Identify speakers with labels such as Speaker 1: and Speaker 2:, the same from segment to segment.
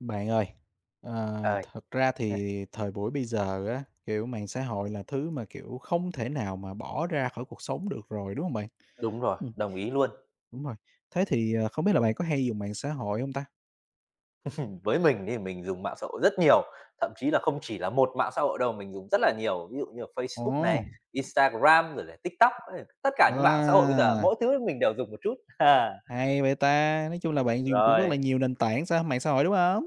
Speaker 1: Bạn ơi,
Speaker 2: Ờ,
Speaker 1: thật ra thì thời buổi bây giờ á, kiểu, mạng xã hội là thứ mà, kiểu, không thể nào mà bỏ ra khỏi cuộc sống được rồi, đúng không bạn?
Speaker 2: đúng rồi,
Speaker 1: Ừm.
Speaker 2: đồng ý luôn.
Speaker 1: Đúng rồi, thế thì, không biết là bạn có hay dùng mạng xã hội không ta?
Speaker 2: Với mình thì mình dùng mạng xã hội rất nhiều, thậm chí là không chỉ là một mạng xã hội đâu, mình dùng rất là nhiều, ví dụ như là Facebook này,
Speaker 1: Ồ,
Speaker 2: Instagram rồi là TikTok, tất cả những mạng xã hội bây giờ
Speaker 1: à,
Speaker 2: mỗi thứ mình đều dùng một chút. À,
Speaker 1: hay vậy ta! Nói chung là bạn dùng cũng rất
Speaker 2: rồi,
Speaker 1: là nhiều nền tảng mạng xã hội, đúng không?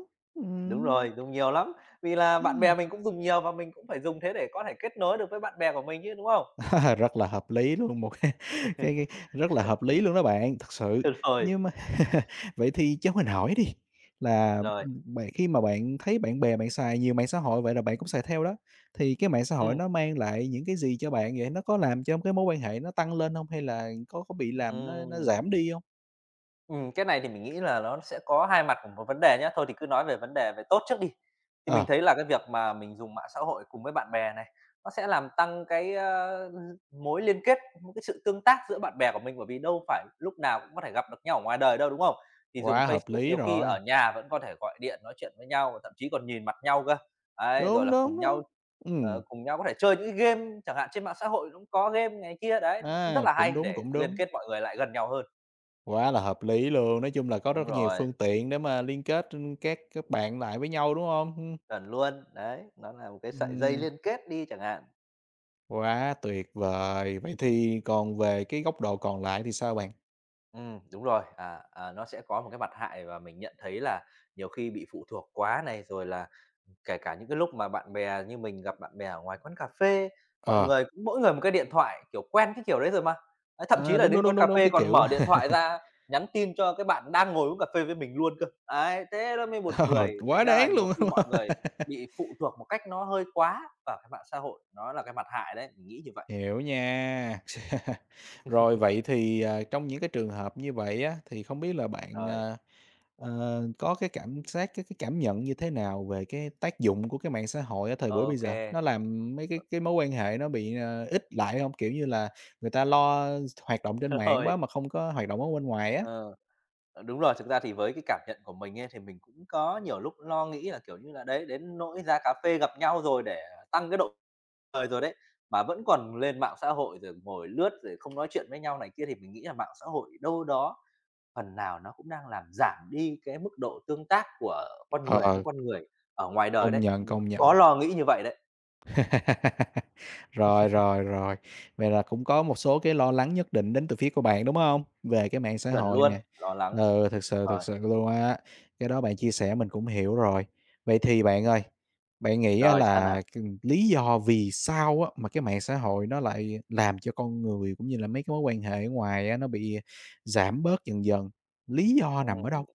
Speaker 2: đúng rồi, dùng nhiều lắm, vì là bạn
Speaker 1: Ừm.
Speaker 2: bè mình cũng dùng nhiều và mình cũng phải dùng thế để có thể kết nối được với bạn bè của mình chứ, đúng không?
Speaker 1: Rất là hợp lý luôn, một cái cái rất là hợp lý luôn đó bạn, thật sự.
Speaker 2: Rồi,
Speaker 1: Nhưng mà vậy thì cho mình hỏi đi, là,
Speaker 2: rồi,
Speaker 1: bạn khi mà bạn thấy bạn bè bạn xài nhiều mạng xã hội vậy là bạn cũng xài theo đó, thì cái mạng xã hội
Speaker 2: ừm,
Speaker 1: nó mang lại những cái gì cho bạn vậy? Nó có làm cho cái mối quan hệ nó tăng lên không hay là có bị làm nó
Speaker 2: ừm.
Speaker 1: giảm đi không?
Speaker 2: Cái này thì mình nghĩ là nó sẽ có hai mặt của một vấn đề nhé. Thôi thì cứ nói về vấn đề về tốt trước đi. Thì mình
Speaker 1: Ờ,
Speaker 2: thấy là cái việc mà mình dùng mạng xã hội cùng với bạn bè này, nó sẽ làm tăng cái mối liên kết, một cái sự tương tác giữa bạn bè của mình, bởi vì đâu phải lúc nào cũng có thể gặp được nhau ở ngoài đời đâu, đúng không? Thì dùng
Speaker 1: quá hợp
Speaker 2: Facebook
Speaker 1: lý
Speaker 2: nhiều khi ở
Speaker 1: rồi.
Speaker 2: nhà vẫn có thể gọi điện nói chuyện với nhau và thậm chí còn nhìn mặt nhau cơ. Ấy, rồi
Speaker 1: Đúng,
Speaker 2: là
Speaker 1: đúng,
Speaker 2: cùng nhau,
Speaker 1: đúng.
Speaker 2: ờ,
Speaker 1: Ừm,
Speaker 2: cùng nhau có thể chơi những cái game chẳng hạn, trên mạng xã hội cũng có game này kia, đấy, nó cũng rất
Speaker 1: à,
Speaker 2: là hay
Speaker 1: cũng đúng,
Speaker 2: để
Speaker 1: cũng
Speaker 2: liên
Speaker 1: đúng.
Speaker 2: kết mọi người lại gần nhau hơn.
Speaker 1: Quá là hợp lý luôn, nói chung là có
Speaker 2: Đúng
Speaker 1: rất nhiều
Speaker 2: rồi.
Speaker 1: phương tiện để mà liên kết, các bạn lại với nhau, đúng không?
Speaker 2: Chuẩn luôn, đấy, nó là một cái sợi dây
Speaker 1: Ừm,
Speaker 2: liên kết đi chẳng hạn.
Speaker 1: quá tuyệt vời! Vậy thì còn về cái góc độ còn lại thì sao bạn?
Speaker 2: Đúng rồi, nó sẽ có một cái mặt hại và mình nhận thấy là nhiều khi bị phụ thuộc quá này, rồi là kể cả những cái lúc mà bạn bè như mình gặp bạn bè ở ngoài quán cà phê, mọi
Speaker 1: Ờ,
Speaker 2: người cũng mỗi người một cái điện thoại, kiểu, quen cái kiểu đấy rồi mà. Đấy, thậm chí
Speaker 1: à,
Speaker 2: là
Speaker 1: đúng,
Speaker 2: đến
Speaker 1: đúng, đúng,
Speaker 2: quán cà
Speaker 1: đúng, đúng,
Speaker 2: phê
Speaker 1: cái
Speaker 2: còn
Speaker 1: kiểu
Speaker 2: mở điện thoại ra nhắn tin cho cái bạn đang ngồi uống cà phê với mình luôn cơ. Ấy, thế nó mới buồn
Speaker 1: ờ,
Speaker 2: cười, thành
Speaker 1: quá
Speaker 2: ra là
Speaker 1: đáng
Speaker 2: nhiều
Speaker 1: luôn.
Speaker 2: khi mọi người bị phụ thuộc một cách nó hơi quá vào cái mạng xã hội, nó là cái mặt hại đấy, mình nghĩ như vậy.
Speaker 1: Hiểu nha. Rồi vậy thì, à, trong những cái trường hợp như vậy á, thì không biết là bạn,
Speaker 2: Rồi.
Speaker 1: à. Ờ, có cái cảm giác cái cảm nhận như thế nào về cái tác dụng của cái mạng xã hội ở thời buổi bây
Speaker 2: OK.
Speaker 1: giờ? Nó làm mấy cái mối quan hệ nó bị, ít lại không? Kiểu như là, người ta lo hoạt động trên mạng
Speaker 2: Rồi,
Speaker 1: quá mà không có hoạt động ở bên ngoài á.
Speaker 2: ờ, đúng rồi. Thực ra thì với cái cảm nhận của mình ấy, thì mình cũng có nhiều lúc lo nghĩ là, kiểu như là, đấy, đến nỗi ra cà phê gặp nhau rồi để tăng cái độ cười rồi đấy, mà vẫn còn lên mạng xã hội rồi ngồi lướt rồi không nói chuyện với nhau này kia, thì mình nghĩ là mạng xã hội đâu đó phần nào nó cũng đang làm giảm đi cái mức độ tương tác của con người với
Speaker 1: Ờ.
Speaker 2: con người ở ngoài đời
Speaker 1: Công
Speaker 2: đấy.
Speaker 1: nhận,
Speaker 2: Mình
Speaker 1: công
Speaker 2: cũng có
Speaker 1: nhận.
Speaker 2: lo nghĩ như vậy đấy,
Speaker 1: Rồi, rồi, rồi. Vậy là cũng có một số cái lo lắng nhất định đến từ phía của bạn, đúng không? Về cái mạng xã
Speaker 2: chuẩn
Speaker 1: hội
Speaker 2: luôn,
Speaker 1: nè.
Speaker 2: lo lắng.
Speaker 1: Ừ,
Speaker 2: Rồi,
Speaker 1: thực sự luôn á, cái đó bạn chia sẻ mình cũng hiểu rồi. Vậy thì bạn ơi, bạn nghĩ á
Speaker 2: rồi sao nào?
Speaker 1: là lý do vì sao á mà cái mạng xã hội nó lại làm cho con người cũng như là mấy cái mối quan hệ ở ngoài á nó bị giảm bớt dần dần? Lý do nằm ở
Speaker 2: Ừ.
Speaker 1: đâu?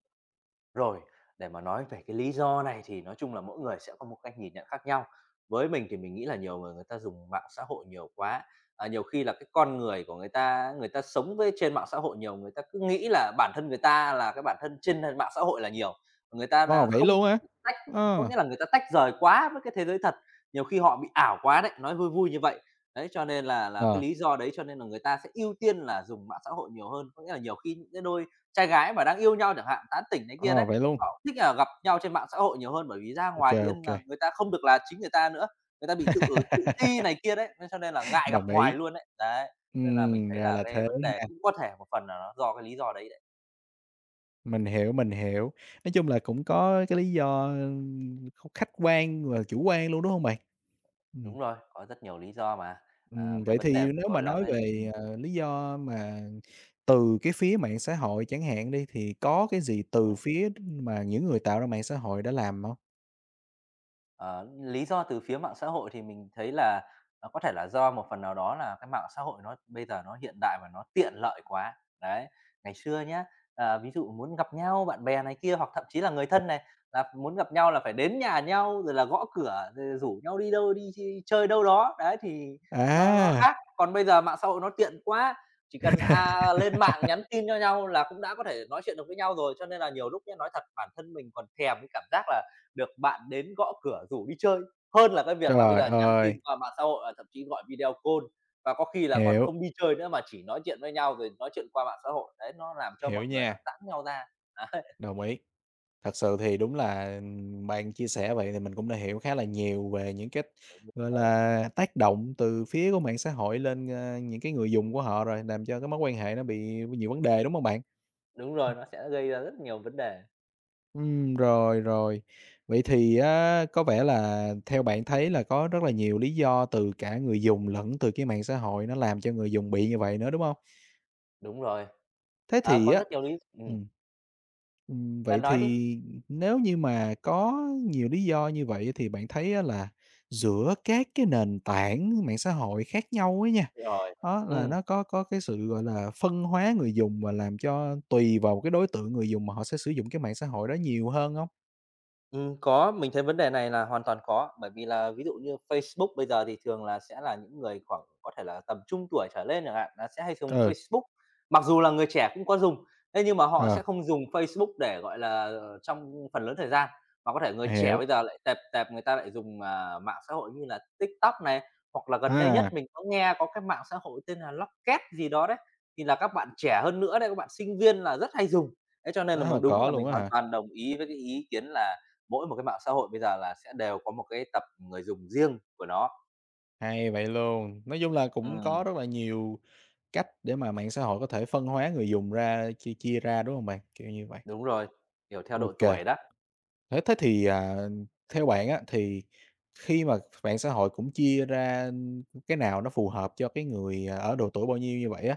Speaker 2: Rồi, để mà nói về cái lý do này thì nói chung là mỗi người sẽ có một cách nhìn nhận khác nhau. Với mình thì mình nghĩ là nhiều người người ta dùng mạng xã hội nhiều quá, nhiều khi là cái con người của người ta sống với trên mạng xã hội nhiều, người ta cứ nghĩ là bản thân người ta là cái bản thân trên mạng xã hội là nhiều. Người ta là
Speaker 1: Ồ, vậy
Speaker 2: không
Speaker 1: luôn á.
Speaker 2: tách có
Speaker 1: Ờ,
Speaker 2: nghĩa là người ta tách rời quá với cái thế giới thật, nhiều khi họ bị ảo quá đấy, nói vui vui như vậy. Đấy, cho nên là cái
Speaker 1: ờ,
Speaker 2: lý do đấy cho nên là người ta sẽ ưu tiên là dùng mạng xã hội nhiều hơn, có nghĩa là nhiều khi những cái đôi trai gái mà đang yêu nhau chẳng hạn, tán tỉnh này kia đấy.
Speaker 1: ờ, vậy luôn.
Speaker 2: Họ thích là gặp nhau trên mạng xã hội nhiều hơn bởi vì ra
Speaker 1: OK,
Speaker 2: ngoài tiễn
Speaker 1: OK.
Speaker 2: nà người ta không được là chính người ta nữa, người ta bị tự ti này kia đấy, nên cho nên là ngại gặp
Speaker 1: Đồng
Speaker 2: ngoài
Speaker 1: ý.
Speaker 2: luôn đấy. Đấy, nên là mình thấy
Speaker 1: Ra
Speaker 2: là
Speaker 1: là
Speaker 2: cái
Speaker 1: thế
Speaker 2: vấn đề
Speaker 1: nha.
Speaker 2: cũng có thể một phần là nó do cái lý do đấy đấy.
Speaker 1: Mình hiểu, mình hiểu. Nói chung là cũng có cái lý do, khách quan và chủ quan luôn, đúng hông bạn? Ừm.
Speaker 2: Đúng rồi, có rất nhiều lý do mà. Ờ, cái
Speaker 1: Vậy
Speaker 2: vấn
Speaker 1: thì
Speaker 2: đề vừa
Speaker 1: nếu
Speaker 2: rồi
Speaker 1: mà
Speaker 2: là
Speaker 1: nói
Speaker 2: cái ừm, ừm.
Speaker 1: về, lý do mà từ cái phía mạng xã hội chẳng hạn đi, thì có cái gì từ phía mà những người tạo ra mạng xã hội đã làm hông?
Speaker 2: Ờ, lý do từ phía mạng xã hội thì mình thấy là nó có thể là do một phần nào đó là cái mạng xã hội nó bây giờ nó hiện đại và nó tiện lợi quá. Đấy, ngày xưa nhá, ví dụ muốn gặp nhau bạn bè này kia hoặc thậm chí là người thân này, là muốn gặp nhau là phải đến nhà nhau, rồi là gõ cửa, rồi rủ nhau đi đâu, đi chi chơi đâu đó, đấy, thì nó
Speaker 1: À!
Speaker 2: khác. Còn bây giờ mạng xã hội nó tiện quá, chỉ cần, lên mạng nhắn tin cho nhau là cũng đã có thể nói chuyện được với nhau rồi, cho nên là nhiều lúc nhá, nói thật bản thân mình còn thèm cái cảm giác là được bạn đến gõ cửa rủ đi chơi, hơn là cái việc là bây
Speaker 1: Trời
Speaker 2: giờ nhắn tin
Speaker 1: ơi!
Speaker 2: qua mạng xã hội, thậm chí gọi video call và có khi là còn
Speaker 1: Hiểu,
Speaker 2: không đi chơi nữa mà chỉ nói chuyện với nhau rồi nói chuyện qua mạng xã hội. Đấy, nó làm cho
Speaker 1: hiểu
Speaker 2: mọi người nó
Speaker 1: nha,
Speaker 2: giãn nhau ra.
Speaker 1: đồng ý. Thật sự thì đúng là, bạn chia sẻ vậy thì mình cũng đã hiểu khá là nhiều về những cái,
Speaker 2: Đấy,
Speaker 1: gọi là, tác động từ phía của mạng xã hội lên, những cái người dùng của họ rồi, làm cho cái mối quan hệ nó bị nhiều vấn đề, đúng không bạn?
Speaker 2: đúng rồi, nó sẽ gây ra rất nhiều vấn đề.
Speaker 1: Rồi, rồi. Vậy thì á, có vẻ là theo bạn thấy là có rất là nhiều lý do từ cả người dùng lẫn từ cái mạng xã hội nó làm cho người dùng bị như vậy nữa, đúng không?
Speaker 2: Đúng rồi,
Speaker 1: Thế thì
Speaker 2: có
Speaker 1: á
Speaker 2: rất nhiều lý
Speaker 1: ừm.
Speaker 2: bạn
Speaker 1: Vậy
Speaker 2: nói đi.
Speaker 1: thì nếu như mà có nhiều lý do như vậy thì bạn thấy á là giữa các cái nền tảng mạng xã hội khác nhau ấy nha,
Speaker 2: Rồi,
Speaker 1: đó, là
Speaker 2: ừ,
Speaker 1: nó có cái sự, gọi là, phân hóa người dùng và làm cho tùy vào cái đối tượng người dùng mà họ sẽ sử dụng cái mạng xã hội đó nhiều hơn không?
Speaker 2: ừm, có, mình thấy vấn đề này là hoàn toàn có, bởi vì là ví dụ như Facebook bây giờ thì thường là sẽ là những người khoảng có thể là tầm trung tuổi trở lên chẳng hạn, là sẽ hay dùng
Speaker 1: Ừ,
Speaker 2: Facebook. Mặc dù là người trẻ cũng có dùng, thế nhưng mà họ
Speaker 1: ờ,
Speaker 2: sẽ không dùng Facebook để, gọi là, trong phần lớn thời gian, mà có thể người trẻ
Speaker 1: hiểu.
Speaker 2: bây giờ lại tẹp tẹp người ta lại dùng, mạng xã hội như là TikTok này, hoặc là gần đây nhất
Speaker 1: À.
Speaker 2: mình có nghe có cái mạng xã hội tên là Locket gì đó đấy, thì là các bạn trẻ hơn nữa đấy, các bạn sinh viên là rất hay dùng. Thế cho nên là
Speaker 1: À,
Speaker 2: đúng
Speaker 1: có
Speaker 2: là mình
Speaker 1: luôn á
Speaker 2: hoàn
Speaker 1: hả?
Speaker 2: toàn đồng ý với cái ý kiến là mỗi một cái mạng xã hội bây giờ là sẽ đều có một cái tập người dùng riêng của nó.
Speaker 1: Hay vậy luôn. Nói chung là cũng
Speaker 2: Ừm,
Speaker 1: có rất là nhiều cách để mà mạng xã hội có thể phân hóa người dùng ra, chia chia ra, đúng không bạn? Kiểu như vậy.
Speaker 2: đúng rồi, kiểu, theo độ
Speaker 1: OK.
Speaker 2: tuổi đó.
Speaker 1: Thế thế thì, à, theo bạn á, thì khi mà mạng xã hội cũng chia ra cái nào nó phù hợp cho cái người à, ở độ tuổi bao nhiêu như vậy á,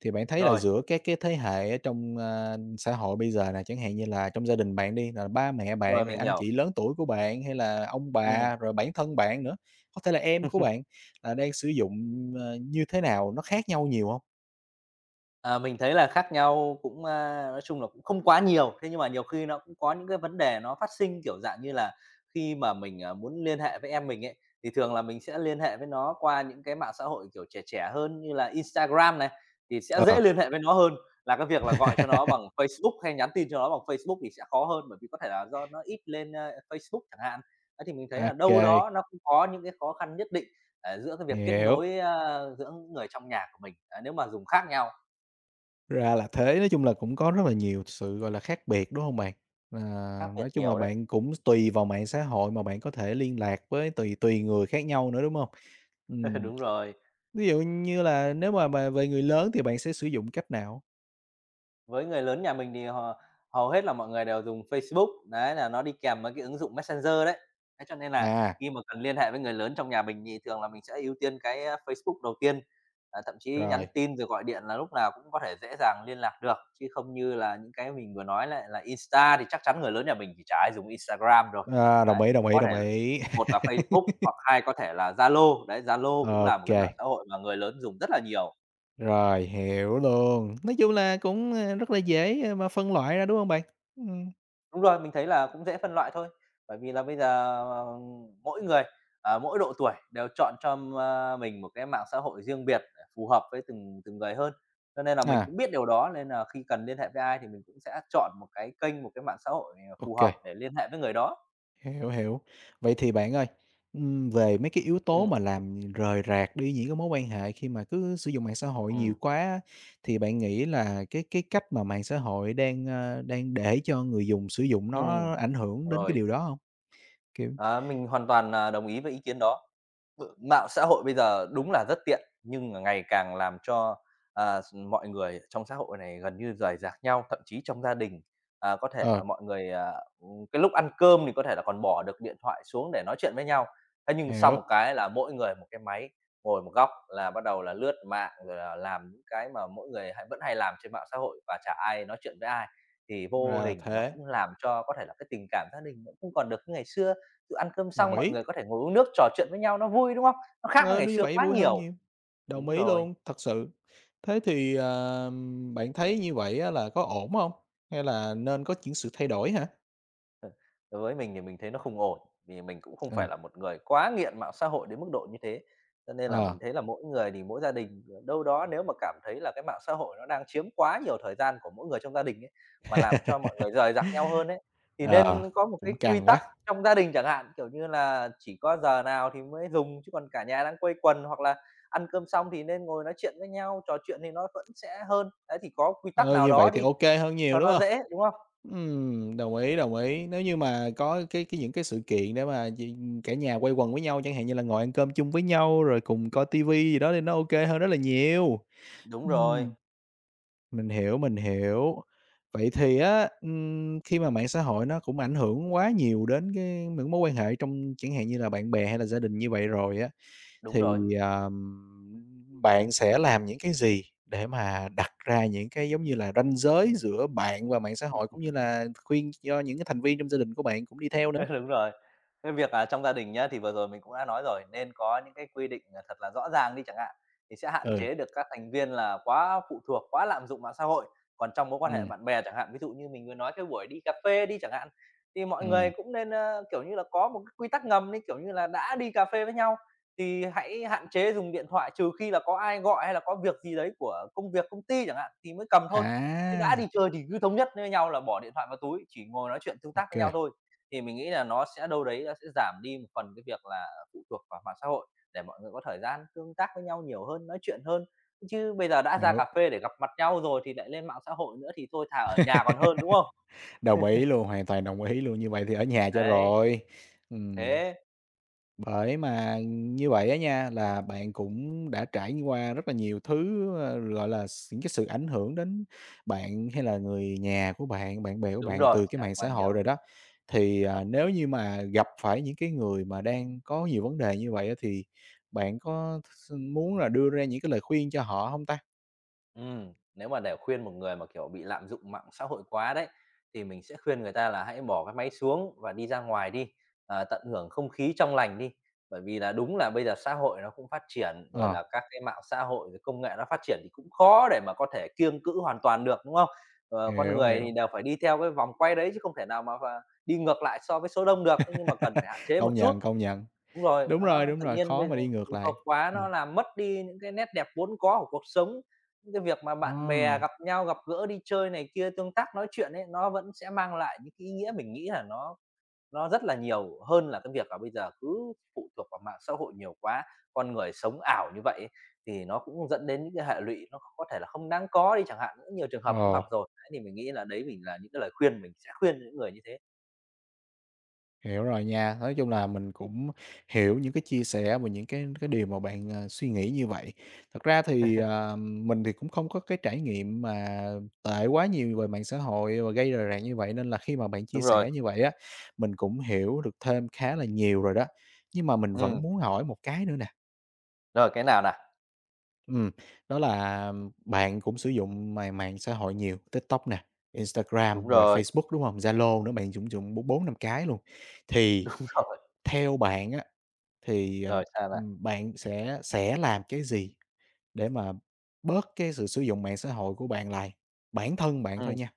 Speaker 1: thì bạn thấy là
Speaker 2: Rồi,
Speaker 1: giữa các cái thế hệ ở trong, xã hội bây giờ nè, chẳng hạn như là trong gia đình bạn đi, là ba mẹ
Speaker 2: rồi,
Speaker 1: bạn, rồi
Speaker 2: mình
Speaker 1: anh
Speaker 2: hiểu.
Speaker 1: chị lớn tuổi của bạn, hay là ông
Speaker 2: Ừm.
Speaker 1: bà, rồi bản thân bạn nữa, có thể là em của bạn, là đang sử dụng, như thế nào, nó khác nhau nhiều không?
Speaker 2: Ờ, mình thấy là khác nhau cũng, nói chung là cũng không quá nhiều, thế nhưng mà nhiều khi nó cũng có những cái vấn đề nó phát sinh, kiểu, dạng như là khi mà mình, muốn liên hệ với em mình ấy, thì thường là mình sẽ liên hệ với nó qua những cái mạng xã hội, kiểu, trẻ trẻ hơn như là Instagram này, thì sẽ dễ
Speaker 1: Ờ.
Speaker 2: liên hệ với nó hơn là cái việc là gọi cho nó bằng Facebook hay nhắn tin cho nó bằng Facebook thì sẽ khó hơn, bởi vì có thể là do nó ít lên, Facebook chẳng hạn. Ấy, thì mình thấy là
Speaker 1: OK,
Speaker 2: đâu đó nó cũng có những cái khó khăn nhất định, giữa cái việc kết
Speaker 1: hiểu.
Speaker 2: nối, giữa người trong nhà của mình, nếu mà dùng khác nhau.
Speaker 1: Ra là thế, nói chung là cũng có rất là nhiều sự, gọi là, khác biệt, đúng hông bạn? À,
Speaker 2: Khác biệt
Speaker 1: nói chung là
Speaker 2: nhiều đấy.
Speaker 1: bạn cũng tùy vào mạng xã hội mà bạn có thể liên lạc với tùy tùy người khác nhau nữa, đúng hông? Ừm.
Speaker 2: Đúng rồi.
Speaker 1: Ví dụ như là nếu mà về người lớn thì bạn sẽ sử dụng cách nào?
Speaker 2: Với người lớn nhà mình thì hầu hầu hết là mọi người đều dùng Facebook, đấy, là nó đi kèm với cái ứng dụng Messenger đấy. Thế cho nên là
Speaker 1: À,
Speaker 2: khi mà cần liên hệ với người lớn trong nhà mình thì thường là mình sẽ ưu tiên cái Facebook đầu tiên, thậm chí nhắn
Speaker 1: rồi,
Speaker 2: tin rồi gọi điện là lúc nào cũng có thể dễ dàng liên lạc được, chứ không như là những cái mình vừa nói lại là Insta thì chắc chắn người lớn nhà mình thì chả ai dùng Instagram rồi.
Speaker 1: à, đồng
Speaker 2: Đấy,
Speaker 1: ý, đồng ý,
Speaker 2: có
Speaker 1: đồng
Speaker 2: thể
Speaker 1: ý.
Speaker 2: một là Facebook hoặc hai có thể là Zalo, đấy, Zalo
Speaker 1: Ô
Speaker 2: cũng là một cái
Speaker 1: kê,
Speaker 2: mạng xã hội mà người lớn dùng rất là nhiều.
Speaker 1: rồi, hiểu luôn. Nói chung là cũng, rất là dễ, mà phân loại ra, đúng hông bạn? Ừm,
Speaker 2: Đúng rồi, mình thấy là cũng dễ phân loại thôi, bởi vì là bây giờ, ờ, mỗi người ở mỗi độ tuổi đều chọn cho, mình một cái mạng xã hội riêng biệt để phù hợp với từng từng người hơn. Cho nên là mình
Speaker 1: à,
Speaker 2: cũng biết điều đó, nên là khi cần liên hệ với ai thì mình cũng sẽ chọn một cái kênh, một cái mạng xã hội,
Speaker 1: ô
Speaker 2: phù
Speaker 1: kê.
Speaker 2: hợp để liên hệ với người đó.
Speaker 1: Hiểu, hiểu. Vậy thì bạn ơi, về mấy cái yếu
Speaker 2: Ừ,
Speaker 1: tố mà làm rời rạc đi những cái mối quan hệ khi mà cứ sử dụng mạng xã hội nhiều
Speaker 2: ừ,
Speaker 1: quá á, thì bạn nghĩ là cái cách mà mạng xã hội đang để cho người dùng sử dụng
Speaker 2: ừm,
Speaker 1: nó ảnh hưởng đến cái
Speaker 2: rồi.
Speaker 1: điều đó không? Kiểu
Speaker 2: Đó, mình hoàn toàn, đồng ý với ý kiến đó. Ừ, mạng xã hội bây giờ đúng là rất tiện, nhưng mà ngày càng làm cho, à, s mọi người trong xã hội này gần như rời rạc nhau, thậm chí trong gia đình, có thể là
Speaker 1: ờ,
Speaker 2: mọi người, cái lúc ăn cơm thì có thể là còn bỏ được điện thoại xuống để nói chuyện với nhau. Thế nhưng sau một
Speaker 1: hiểu,
Speaker 2: cái là mỗi người một cái máy, ngồi một góc là bắt đầu là lướt mạng, rồi là làm những cái mà mỗi người hay vẫn hay làm trên mạng xã hội và chả ai nói chuyện với ai, thì vô
Speaker 1: ra là
Speaker 2: hình nó
Speaker 1: thế,
Speaker 2: cũng làm cho có thể là cái tình cảm gia đình nó không còn được như ngày xưa. Tự ăn cơm
Speaker 1: đồng
Speaker 2: xong mọi
Speaker 1: ý,
Speaker 2: người có thể ngồi uống nước, trò chuyện với nhau nó vui, đúng không? Nó khác với
Speaker 1: ờ,
Speaker 2: ngày
Speaker 1: như
Speaker 2: xưa
Speaker 1: vậy
Speaker 2: quá
Speaker 1: vui hơn
Speaker 2: nhiều.
Speaker 1: nhiều, đồng
Speaker 2: Đúng
Speaker 1: ý
Speaker 2: rồi.
Speaker 1: luôn, thật sự. Thế thì, bạn thấy như vậy á là có ổn không? Hay là nên có những sự thay đổi hả?
Speaker 2: Ờ, đối với mình thì mình thấy nó không ổn, vì mình cũng không phải
Speaker 1: Ừm.
Speaker 2: là một người quá nghiện mạng xã hội đến mức độ như thế. Cho nên là
Speaker 1: Ờ.
Speaker 2: mình thấy là mỗi người thì mỗi gia đình, ờ, đâu đó nếu mà cảm thấy là cái mạng xã hội nó đang chiếm quá nhiều thời gian của mỗi người trong gia đình ấy, mà làm cho mọi người rời rạc nhau hơn ấy, thì
Speaker 1: Ờ,
Speaker 2: nên có một cái
Speaker 1: cũng
Speaker 2: quy
Speaker 1: căng
Speaker 2: tắc
Speaker 1: quá.
Speaker 2: trong gia đình chẳng hạn, kiểu như là chỉ có giờ nào thì mới dùng, chứ còn cả nhà đang quây quần hoặc là ăn cơm xong thì nên ngồi nói chuyện với nhau, trò chuyện thì nó vẫn sẽ hơn. Đấy, thì có quy tắc
Speaker 1: Ờ,
Speaker 2: nào
Speaker 1: như
Speaker 2: đó
Speaker 1: vậy thì
Speaker 2: đi
Speaker 1: OK hơn nhiều,
Speaker 2: cho
Speaker 1: đúng
Speaker 2: nó
Speaker 1: không?
Speaker 2: dễ, đúng không?
Speaker 1: Đồng ý, đồng ý. Nếu như mà có cái những cái sự kiện để mà gì cả nhà quây quần với nhau, chẳng hạn như là ngồi ăn cơm chung với nhau, rồi cùng coi tivi gì đó thì nó OK hơn rất là nhiều.
Speaker 2: Đúng rồi,
Speaker 1: Ừm, mình hiểu, mình hiểu. Vậy thì á, khi mà mạng xã hội nó cũng ảnh hưởng quá nhiều đến cái những mối quan hệ trong chẳng hạn như là bạn bè hay là gia đình như vậy rồi á,
Speaker 2: đúng
Speaker 1: thì,
Speaker 2: rồi.
Speaker 1: bạn sẽ làm những cái gì để mà đặt ra những cái, giống như là, ranh giới giữa bạn và mạng xã hội, cũng như là khuyên cho những cái thành viên trong gia đình của bạn cũng đi theo nữa?
Speaker 2: Đúng rồi. Cái việc, trong gia đình nhá, thì vừa rồi mình cũng đã nói rồi, nên có những cái quy định, thật là rõ ràng đi chẳng hạn, thì sẽ hạn
Speaker 1: Ừ,
Speaker 2: chế được các thành viên là quá phụ thuộc, quá lạm dụng mạng xã hội. Còn trong mối quan hệ
Speaker 1: ừ
Speaker 2: bạn bè chẳng hạn, ví dụ như mình vừa nói cái buổi đi cà phê đi chẳng hạn, thì mọi người
Speaker 1: ừm,
Speaker 2: cũng nên, kiểu như là, có một cái quy tắc ngầm đi, kiểu như là, đã đi cà phê với nhau thì hãy hạn chế dùng điện thoại, trừ khi là có ai gọi hay là có việc gì đấy của công việc, công ty chẳng hạn thì mới cầm thôi. Chứ đã
Speaker 1: à,
Speaker 2: đi chơi thì cứ thống nhất với nhau là bỏ điện thoại vào túi, chỉ ngồi nói chuyện tương tác
Speaker 1: OK,
Speaker 2: với nhau thôi. Thì mình nghĩ là nó sẽ đâu đấy nó sẽ giảm đi một phần cái việc là phụ thuộc vào mạng xã hội để mọi người có thời gian tương tác với nhau nhiều hơn, nói chuyện hơn. Chứ bây giờ đã ra
Speaker 1: hiểu.
Speaker 2: cà phê để gặp mặt nhau rồi thì lại lên mạng xã hội nữa thì thôi thà ở nhà còn hơn, đúng không?
Speaker 1: Đồng ý luôn, hoàn toàn đồng ý luôn, như vậy thì ở nhà cho
Speaker 2: Đấy,
Speaker 1: rồi. Ừm.
Speaker 2: thế
Speaker 1: Bởi mà như vậy á nha, là bạn cũng đã trải qua rất là nhiều thứ, gọi là, những cái sự ảnh hưởng đến bạn hay là người nhà của bạn, bạn bè của
Speaker 2: đúng
Speaker 1: bạn
Speaker 2: rồi,
Speaker 1: từ cái
Speaker 2: trải
Speaker 1: mạng
Speaker 2: qua
Speaker 1: xã hội
Speaker 2: nhiều,
Speaker 1: rồi đó. Thì, à,
Speaker 2: hợp.
Speaker 1: nếu như mà gặp phải những cái người mà đang có nhiều vấn đề như vậy á, thì bạn có th muốn là đưa ra những cái lời khuyên cho họ không ta?
Speaker 2: Nếu mà để khuyên một người mà, kiểu, bị lạm dụng mạng xã hội quá đấy, thì mình sẽ khuyên người ta là hãy bỏ cái máy xuống và đi ra ngoài đi, ờ, tận hưởng không khí trong lành đi. Bởi vì là đúng là bây giờ xã hội nó cũng phát triển, rồi
Speaker 1: Ờ,
Speaker 2: là các cái mạng xã hội, rồi công nghệ nó phát triển thì cũng khó để mà có thể kiêng cữ hoàn toàn được, đúng không? Ờ, con
Speaker 1: hiểu,
Speaker 2: người thì
Speaker 1: hiểu.
Speaker 2: đều phải đi theo cái vòng quay đấy chứ không thể nào mà đi ngược lại so với số đông được, thế nhưng mà cần phải hạn chế một
Speaker 1: Công
Speaker 2: chút.
Speaker 1: nhận, công nhận.
Speaker 2: Đúng rồi, và nó
Speaker 1: Đúng
Speaker 2: tự
Speaker 1: rồi,
Speaker 2: nhiên
Speaker 1: khó
Speaker 2: bây giờ
Speaker 1: mà đi ngược
Speaker 2: phụ thuộc
Speaker 1: lại.
Speaker 2: quá
Speaker 1: Ừm,
Speaker 2: nó làm mất đi những cái nét đẹp vốn có của cuộc sống. Những cái việc mà
Speaker 1: ờ,
Speaker 2: bạn bè gặp nhau, gặp gỡ, đi chơi này kia, tương tác, nói chuyện ấy, nó vẫn sẽ mang lại những cái ý nghĩa mình nghĩ là nó rất là nhiều hơn là cái việc là bây giờ cứ phụ thuộc vào mạng xã hội nhiều quá. Con người sống ảo như vậy ấy, thì nó cũng dẫn đến những cái hệ lụy nó có thể là không đáng có đi chẳng hạn, cũng nhiều trường hợp cũng
Speaker 1: ờ.
Speaker 2: gặp rồi. Đấy, thì mình nghĩ là đấy mình là những cái lời khuyên mình sẽ khuyên những người như thế.
Speaker 1: Hiểu rồi nha. Nói chung là mình cũng hiểu những cái chia sẻ và những cái điều mà bạn, suy nghĩ như vậy. Thật ra thì, mình thì cũng không có cái trải nghiệm mà tệ quá nhiều về mạng xã hội và gây rời rạc như vậy, nên là khi mà bạn chia
Speaker 2: Đúng rồi,
Speaker 1: sẻ như vậy á, mình cũng hiểu được thêm khá là nhiều rồi đó. Nhưng mà mình
Speaker 2: ừ,
Speaker 1: vẫn muốn hỏi một cái nữa nè.
Speaker 2: rồi cái nào nè?
Speaker 1: Ừm, đó là bạn cũng sử dụng mạng xã hội nhiều, TikTok nè,
Speaker 2: Đúng
Speaker 1: Instagram, rồi
Speaker 2: rồi.
Speaker 1: Facebook, đúng không, Zalo nữa, bạn cũng dùng bốn bốn năm cái luôn. Thì
Speaker 2: Đúng rồi.
Speaker 1: theo bạn á, thì,
Speaker 2: Rồi sao nè?
Speaker 1: bạn sẽ làm cái gì để mà bớt cái sự sử dụng mạng xã hội của bạn lại? Bản thân bạn thôi
Speaker 2: Ừm,
Speaker 1: nha.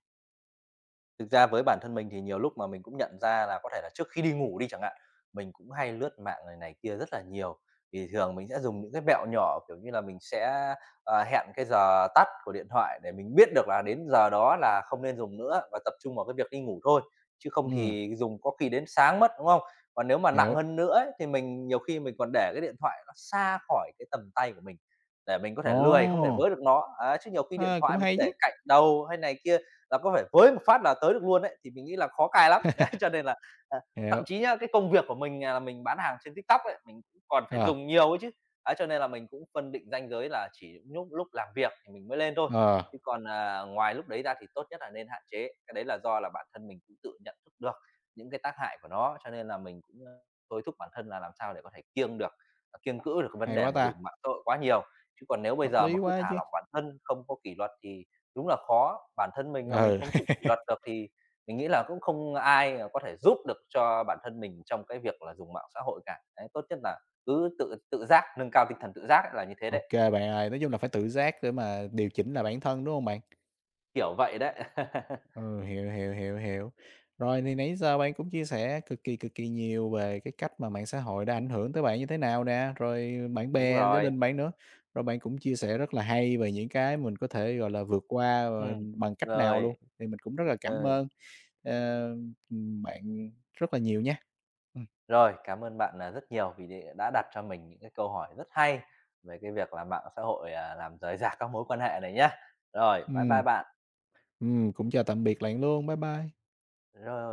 Speaker 2: thực ra với bản thân mình thì nhiều lúc mà mình cũng nhận ra là có thể là trước khi đi ngủ đi chẳng hạn, mình cũng hay lướt mạng này này kia rất là nhiều. Thì thường mình sẽ dùng những cái mẹo nhỏ, kiểu như là, mình sẽ, ờ, hẹn cái giờ tắt của điện thoại để mình biết được là đến giờ đó là không nên dùng nữa và tập trung vào cái việc đi ngủ thôi, chứ không
Speaker 1: Ừ,
Speaker 2: thì dùng có khi đến sáng mất, đúng không? Còn nếu mà nặng
Speaker 1: hiểu.
Speaker 2: hơn nữa ấy, thì mình nhiều khi mình còn để cái điện thoại nó xa khỏi cái tầm tay của mình, để mình có thể
Speaker 1: Ồ!
Speaker 2: lười không thể với được nó. Ấy, chứ nhiều khi điện
Speaker 1: Ờ,
Speaker 2: thoại
Speaker 1: cũng
Speaker 2: mà cứ
Speaker 1: hay
Speaker 2: để
Speaker 1: chứ.
Speaker 2: cạnh đầu hay này kia là có phải với một phát là tới được luôn đấy thì mình nghĩ là khó cài lắm. Đấy, cho nên là, à, thậm
Speaker 1: Hiểu.
Speaker 2: chí nhá, cái công việc của mình à, là mình bán hàng trên TikTok ấy, mình cũng còn phải
Speaker 1: Ờ,
Speaker 2: dùng nhiều ấy chứ. Đấy, cho nên là mình cũng phân định ranh giới là chỉ nhúc lúc làm việc thì mình mới lên thôi,
Speaker 1: ờ,
Speaker 2: chứ còn, ngoài lúc đấy ra thì tốt nhất là nên hạn chế. Cái đấy là do là bản thân mình cũng tự nhận thức được những cái tác hại của nó, cho nên là mình cũng, thôi thúc bản thân là làm sao để có thể kiêng được, kiêng cữ được cái vấn
Speaker 1: hay
Speaker 2: đề
Speaker 1: quá
Speaker 2: mà dùng
Speaker 1: ta,
Speaker 2: mạng xã hội quá nhiều. Chứ còn nếu bây
Speaker 1: hợp
Speaker 2: giờ
Speaker 1: lý
Speaker 2: mà cứ
Speaker 1: quá
Speaker 2: thả
Speaker 1: chứ.
Speaker 2: lỏng bản thân, không có kỷ luật thì đúng là khó, bản thân mình mà mình
Speaker 1: Ừ.
Speaker 2: không tự kỷ luật được thì mình nghĩ là cũng không ai, ờ, có thể giúp được cho bản thân mình trong cái việc là dùng mạng xã hội cả. Đấy, tốt nhất là cứ tự tự giác, nâng cao tinh thần tự giác ấy là như thế đấy,
Speaker 1: OK, bạn ơi, nói chung là phải tự giác để mà điều chỉnh là bản thân, đúng không bạn?
Speaker 2: kiểu vậy đấy.
Speaker 1: Ừ, hiểu, hiểu, hiểu, hiểu. Rồi thì nãy giờ bạn cũng chia sẻ cực kỳ nhiều về cái cách mà mạng xã hội đã ảnh hưởng tới bạn như thế nào nè, rồi bạn
Speaker 2: Đúng
Speaker 1: bè, gia
Speaker 2: rồi,
Speaker 1: đình bạn nữa. Rồi bạn cũng chia sẻ rất là hay về những cái mình có thể, gọi là, vượt qua,
Speaker 2: ừm,
Speaker 1: bằng cách nào
Speaker 2: rồi,
Speaker 1: luôn, thì mình cũng rất là
Speaker 2: ừ,
Speaker 1: cảm ơn, ờ, bạn rất là nhiều nha. Ừm,
Speaker 2: rồi, cảm ơn bạn, rất nhiều vì để đã đặt cho mình những cái câu hỏi rất hay về cái việc là mạng xã hội, làm rời rạc các mối quan hệ này nhá. Rồi, bye bye
Speaker 1: ừm,
Speaker 2: bạn.
Speaker 1: cũng chào tạm biệt bạn luôn. Bye bye.
Speaker 2: Rồi.